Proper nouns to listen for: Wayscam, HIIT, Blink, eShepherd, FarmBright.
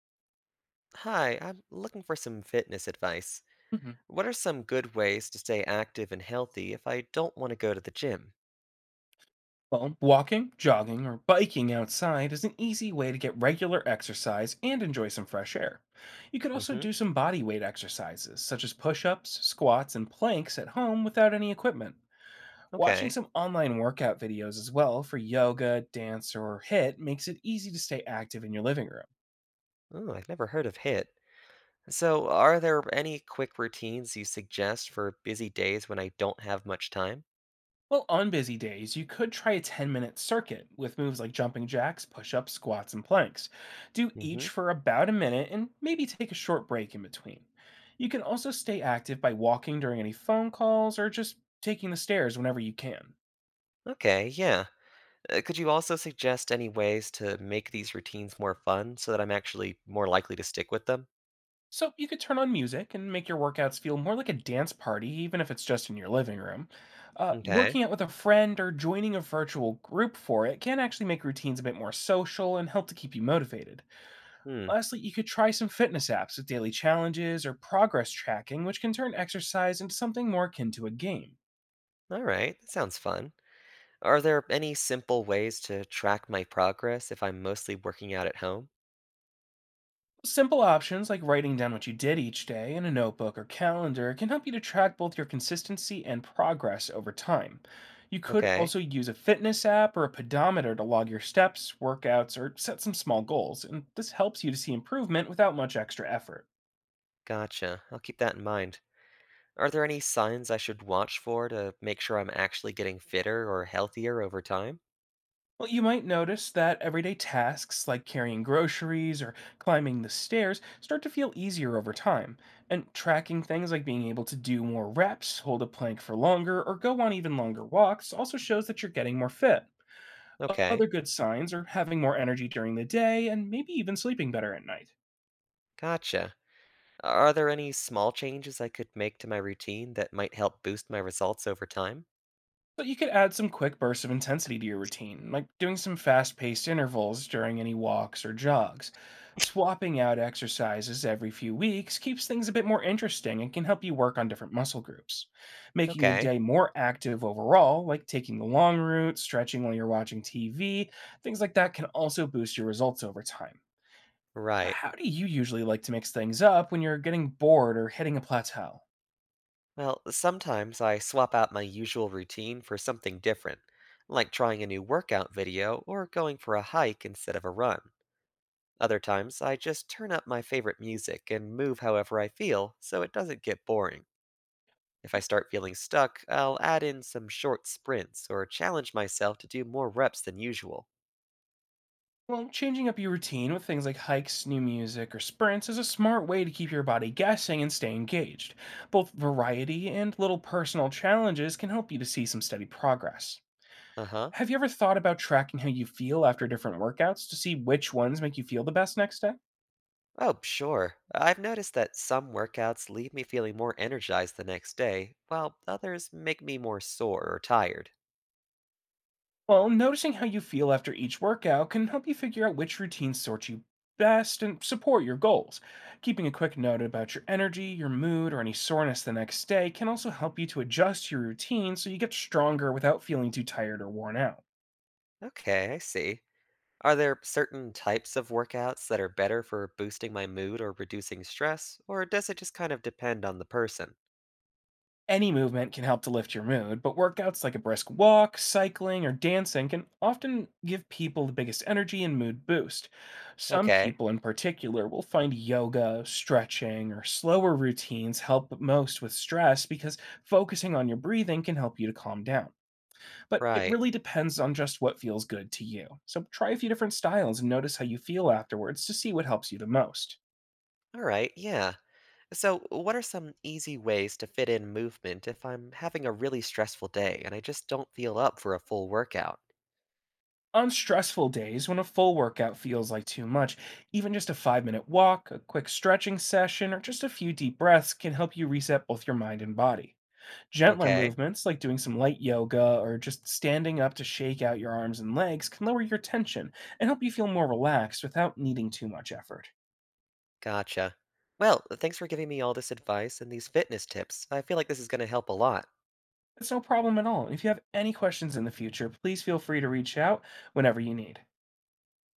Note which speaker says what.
Speaker 1: Hi, I'm looking for some fitness advice.
Speaker 2: Mhm.
Speaker 1: What are some good ways to stay active and healthy if I don't want to go to the gym?
Speaker 2: Well, walking, jogging, or biking outside is an easy way to get regular exercise and enjoy some fresh air. You could also
Speaker 1: Mm-hmm.
Speaker 2: do some body weight exercises, such as push ups, squats, and planks at home without any equipment. Watching
Speaker 1: Okay.
Speaker 2: some online workout videos as well for yoga, dance, or HIIT makes it easy to stay active in your living room.
Speaker 1: Oh, I've never heard of HIIT. So, are there any quick routines you suggest for busy days when I don't have much time?
Speaker 2: Well, on busy days, you could try a 10-minute circuit with moves like jumping jacks, push ups, squats, and planks. Do each
Speaker 1: Mm-hmm.
Speaker 2: for about a minute and maybe take a short break in between. You can also stay active by walking during any phone calls or just taking the stairs whenever you can.
Speaker 1: Okay, yeah. Could you also suggest any ways to make these routines more fun so that I'm actually more likely to stick with them?
Speaker 2: So you could turn on music and make your workouts feel more like a dance party, even if it's just in your living room.
Speaker 1: Okay.
Speaker 2: Working out with a friend or joining a virtual group for it can actually make routines a bit more social and help to keep you motivated.
Speaker 1: Hmm.
Speaker 2: Lastly, you could try some fitness apps with daily challenges or progress tracking, which can turn exercise into something more akin to a game.
Speaker 1: All right. That sounds fun. Are there any simple ways to track my progress if I'm mostly working out at home?
Speaker 2: Simple options like writing down what you did each day in a notebook or calendar can help you to track both your consistency and progress over time. You could
Speaker 1: Okay,
Speaker 2: also use a fitness app or a pedometer to log your steps, workouts, or set some small goals, and this helps you to see improvement without much extra effort.
Speaker 1: gotcha. I'll keep that in mind. Are there any signs I should watch for to make sure I'm actually getting fitter or healthier over time?
Speaker 2: Well, you might notice that everyday tasks like carrying groceries or climbing the stairs start to feel easier over time, and tracking things like being able to do more reps, hold a plank for longer, or go on even longer walks also shows that you're getting more fit. Other
Speaker 1: Okay,
Speaker 2: good signs are having more energy during the day and maybe even sleeping better at night.
Speaker 1: gotcha. Are there any small changes I could make to my routine that might help boost my results over time?
Speaker 2: But you could add some quick bursts of intensity to your routine, like doing some fast paced intervals during any walks or jogs. Swapping out exercises every few weeks keeps things a bit more interesting and can help you work on different muscle groups, making your
Speaker 1: Okay,
Speaker 2: day more active overall, like taking the long route, stretching while you're watching TV. Things like that can also boost your results over time.
Speaker 1: right.
Speaker 2: How do you usually like to mix things up when you're getting bored or hitting a plateau?
Speaker 1: Well, sometimes I swap out my usual routine for something different, like trying a new workout video or going for a hike instead of a run. Other times, I just turn up my favorite music and move however I feel so it doesn't get boring. If I start feeling stuck, I'll add in some short sprints or challenge myself to do more reps than usual.
Speaker 2: Well, changing up your routine with things like hikes, new music, or sprints is a smart way to keep your body guessing and stay engaged. Both variety and little personal challenges can help you to see some steady progress.
Speaker 1: Uh huh.
Speaker 2: Have you ever thought about tracking how you feel after different workouts to see which ones make you feel the best next day?
Speaker 1: Oh, sure. I've noticed that some workouts leave me feeling more energized the next day, while others make me more sore or tired.
Speaker 2: Well, noticing how you feel after each workout can help you figure out which routines sort you best and support your goals. Keeping a quick note about your energy, your mood, or any soreness the next day can also help you to adjust your routine so you get stronger without feeling too tired or worn out.
Speaker 1: Okay, I see. Are there certain types of workouts that are better for boosting my mood or reducing stress, or does it just kind of depend on the person?
Speaker 2: Any movement can help to lift your mood, but workouts like a brisk walk, cycling, or dancing can often give people the biggest energy and mood boost. Some
Speaker 1: Okay.
Speaker 2: people in particular will find yoga, stretching, or slower routines help most with stress because focusing on your breathing can help you to calm down. But it
Speaker 1: Right.
Speaker 2: really depends on just what feels good to you. So try a few different styles and notice how you feel afterwards to see what helps you the most.
Speaker 1: All right. Yeah. So, what are some easy ways to fit in movement if I'm having a really stressful day and I just don't feel up for a full workout?
Speaker 2: On stressful days, when a full workout feels like too much, even just a 5 minute walk, a quick stretching session, or just a few deep breaths can help you reset both your mind and body. Gentler
Speaker 1: Okay.
Speaker 2: movements, like doing some light yoga or just standing up to shake out your arms and legs, can lower your tension and help you feel more relaxed without needing too much effort.
Speaker 1: Gotcha. Well, thanks for giving me all this advice and these fitness tips. I feel like this is going to help a lot.
Speaker 2: It's no problem at all. If you have any questions in the future, please feel free to reach out whenever you need.